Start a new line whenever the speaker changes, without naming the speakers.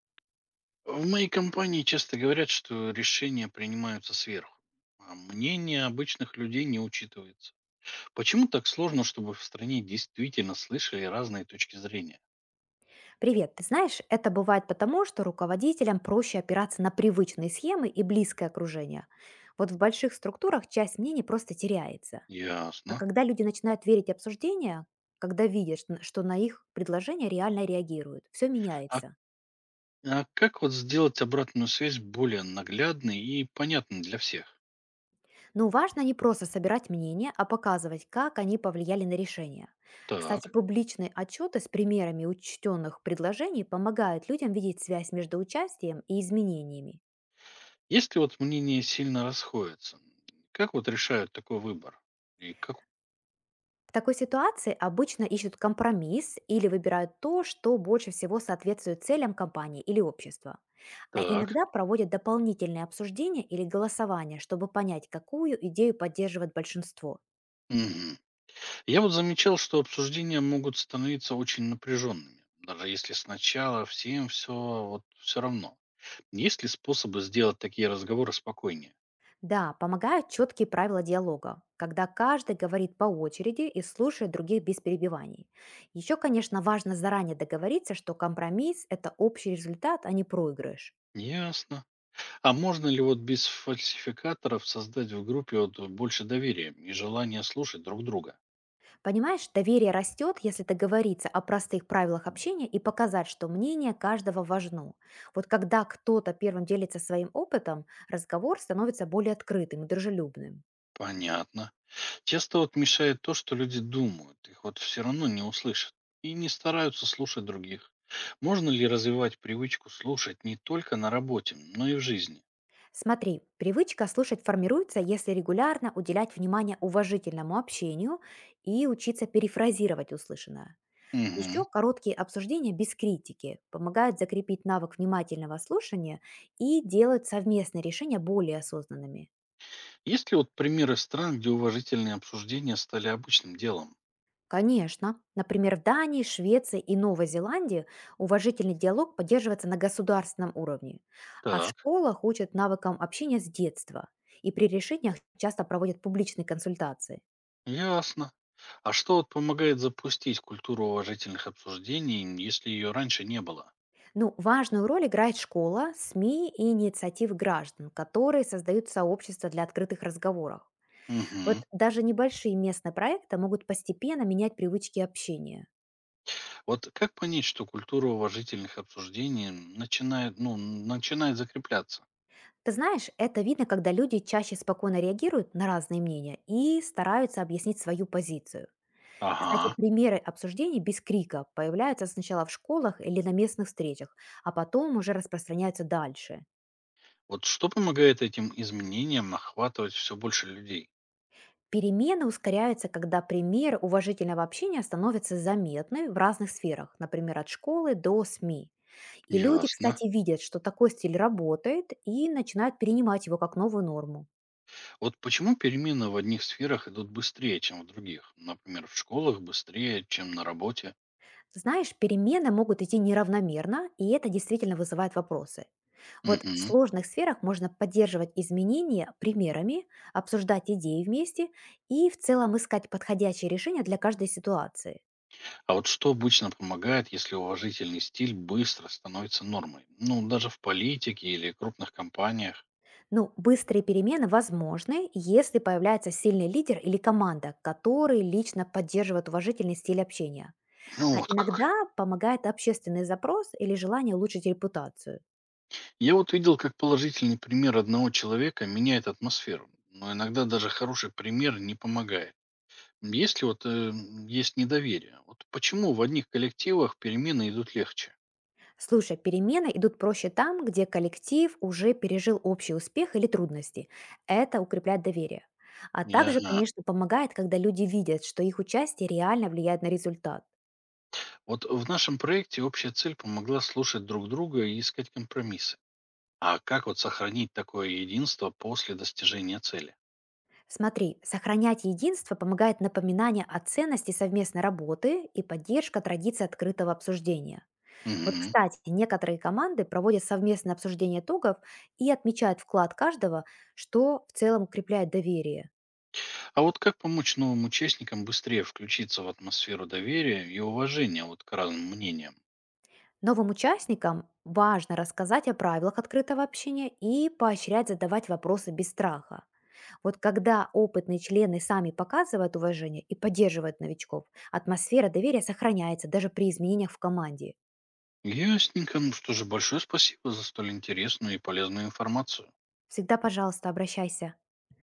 В моей компании часто говорят, что решения принимаются сверху, а мнение обычных людей не учитывается. Почему так сложно, чтобы в стране действительно слышали разные точки зрения?
Привет, ты знаешь, это бывает потому, что руководителям проще опираться на привычные схемы и близкое окружение. Вот в больших структурах часть мнений просто теряется. А
Ясно.
когда люди начинают верить обсуждения, когда видят, что на их предложения реально реагируют, все
А,
меняется.
а как вот сделать обратную связь более наглядной и понятной для всех?
Но важно не просто собирать мнения, а показывать, как они повлияли на решение. Кстати,
Так.
публичные отчеты с примерами учтенных предложений помогают людям видеть связь между участием и изменениями.
Если вот мнения сильно расходятся, как вот решают такой выбор? И как...
В такой ситуации обычно ищут компромисс или выбирают то, что больше всего соответствует целям компании или общества. А
Так.
иногда проводят дополнительные обсуждения или голосования, чтобы понять, какую идею поддерживает большинство.
Мгм. Я вот замечал, что обсуждения могут становиться очень напряженными, даже если сначала всем все равно. Есть ли способы сделать такие разговоры спокойнее?
Да, помогают четкие правила диалога, когда каждый говорит по очереди и слушает других без перебиваний. Еще, конечно, важно заранее договориться, что компромисс – это общий результат, а не проигрыш.
Ясно. А можно ли вот без фальсификаторов создать в группе вот больше доверия и желания слушать друг друга?
Понимаешь, доверие растет, если договориться о простых правилах общения и показать, что мнение каждого важно. Вот когда кто-то первым делится своим опытом, разговор становится более открытым и дружелюбным.
Понятно. Часто вот мешает то, что люди думают, их вот все равно не услышат и не стараются слушать других. Можно ли развивать привычку слушать не только на работе, но и в жизни?
Смотри, привычка слушать формируется, если регулярно уделять внимание уважительному общению и учиться перефразировать услышанное.
Угу.
Еще короткие обсуждения без критики помогают закрепить навык внимательного слушания и делают совместные решения более осознанными.
Есть ли вот примеры стран, где уважительные обсуждения стали обычным делом?
Конечно. Например, в Дании, Швеции и Новой Зеландии уважительный диалог поддерживается на государственном уровне, а в
Так,
школах учат навыкам общения с детства. И при решениях часто проводят публичные консультации.
ясно. А что вот помогает запустить культуру уважительных обсуждений, если ее раньше не было?
Ну, важную роль играет школа, СМИ и инициативы граждан, которые создают сообщества для открытых разговоров. Вот
Мгм.
даже небольшие местные проекты могут постепенно менять привычки общения.
Вот как понять, что культура уважительных обсуждений начинает, ну, начинает закрепляться?
Ты знаешь, это видно, когда люди чаще спокойно реагируют на разные мнения и стараются объяснить свою позицию. Кстати,
Ага.
примеры обсуждений без крика появляются сначала в школах или на местных встречах, а потом уже распространяются дальше.
Вот что помогает этим изменениям охватывать все больше людей?
Перемены ускоряются, когда примеры уважительного общения становятся заметны в разных сферах, например, от школы до СМИ. И люди,
Ясно.
кстати, видят, что такой стиль работает и начинают перенимать его как новую норму.
Вот почему перемены в одних сферах идут быстрее, чем в других? Например, в школах быстрее, чем на работе.
Знаешь, перемены могут идти неравномерно, и это действительно вызывает вопросы. Вот в
Мгм.
сложных сферах можно поддерживать изменения примерами, обсуждать идеи вместе и в целом искать подходящие решения для каждой ситуации.
А вот что обычно помогает, если уважительный стиль быстро становится нормой? Ну, даже в политике или крупных компаниях.
Ну, быстрые перемены возможны, если появляется сильный лидер или команда, который лично поддерживает уважительный стиль общения.
Ну
А
вот как.
иногда помогает общественный запрос или желание улучшить репутацию.
Я вот видел, как положительный пример одного человека меняет атмосферу. Но иногда даже хороший пример не помогает. Если вот есть недоверие, вот почему в одних коллективах перемены идут легче?
Слушай, перемены идут проще там, где коллектив уже пережил общий успех или трудности. Это укрепляет доверие. А
И
также,
ага.
конечно, помогает, когда люди видят, что их участие реально влияет на результат.
Вот в нашем проекте общая цель помогла слушать друг друга и искать компромиссы. А как вот сохранить такое единство после достижения цели?
Смотри, сохранять единство помогает напоминание о ценности совместной работы и поддержка традиции открытого обсуждения. Вот,
Мгм.
кстати, некоторые команды проводят совместное обсуждение итогов и отмечают вклад каждого, что в целом укрепляет доверие.
А вот как помочь новым участникам быстрее включиться в атмосферу доверия и уважения вот к разным мнениям?
Новым участникам важно рассказать о правилах открытого общения и поощрять задавать вопросы без страха. Вот когда опытные члены сами показывают уважение и поддерживают новичков, атмосфера доверия сохраняется даже при изменениях в команде.
Ясненько. Ну что же, большое спасибо за столь интересную и полезную информацию.
Всегда, пожалуйста, обращайся.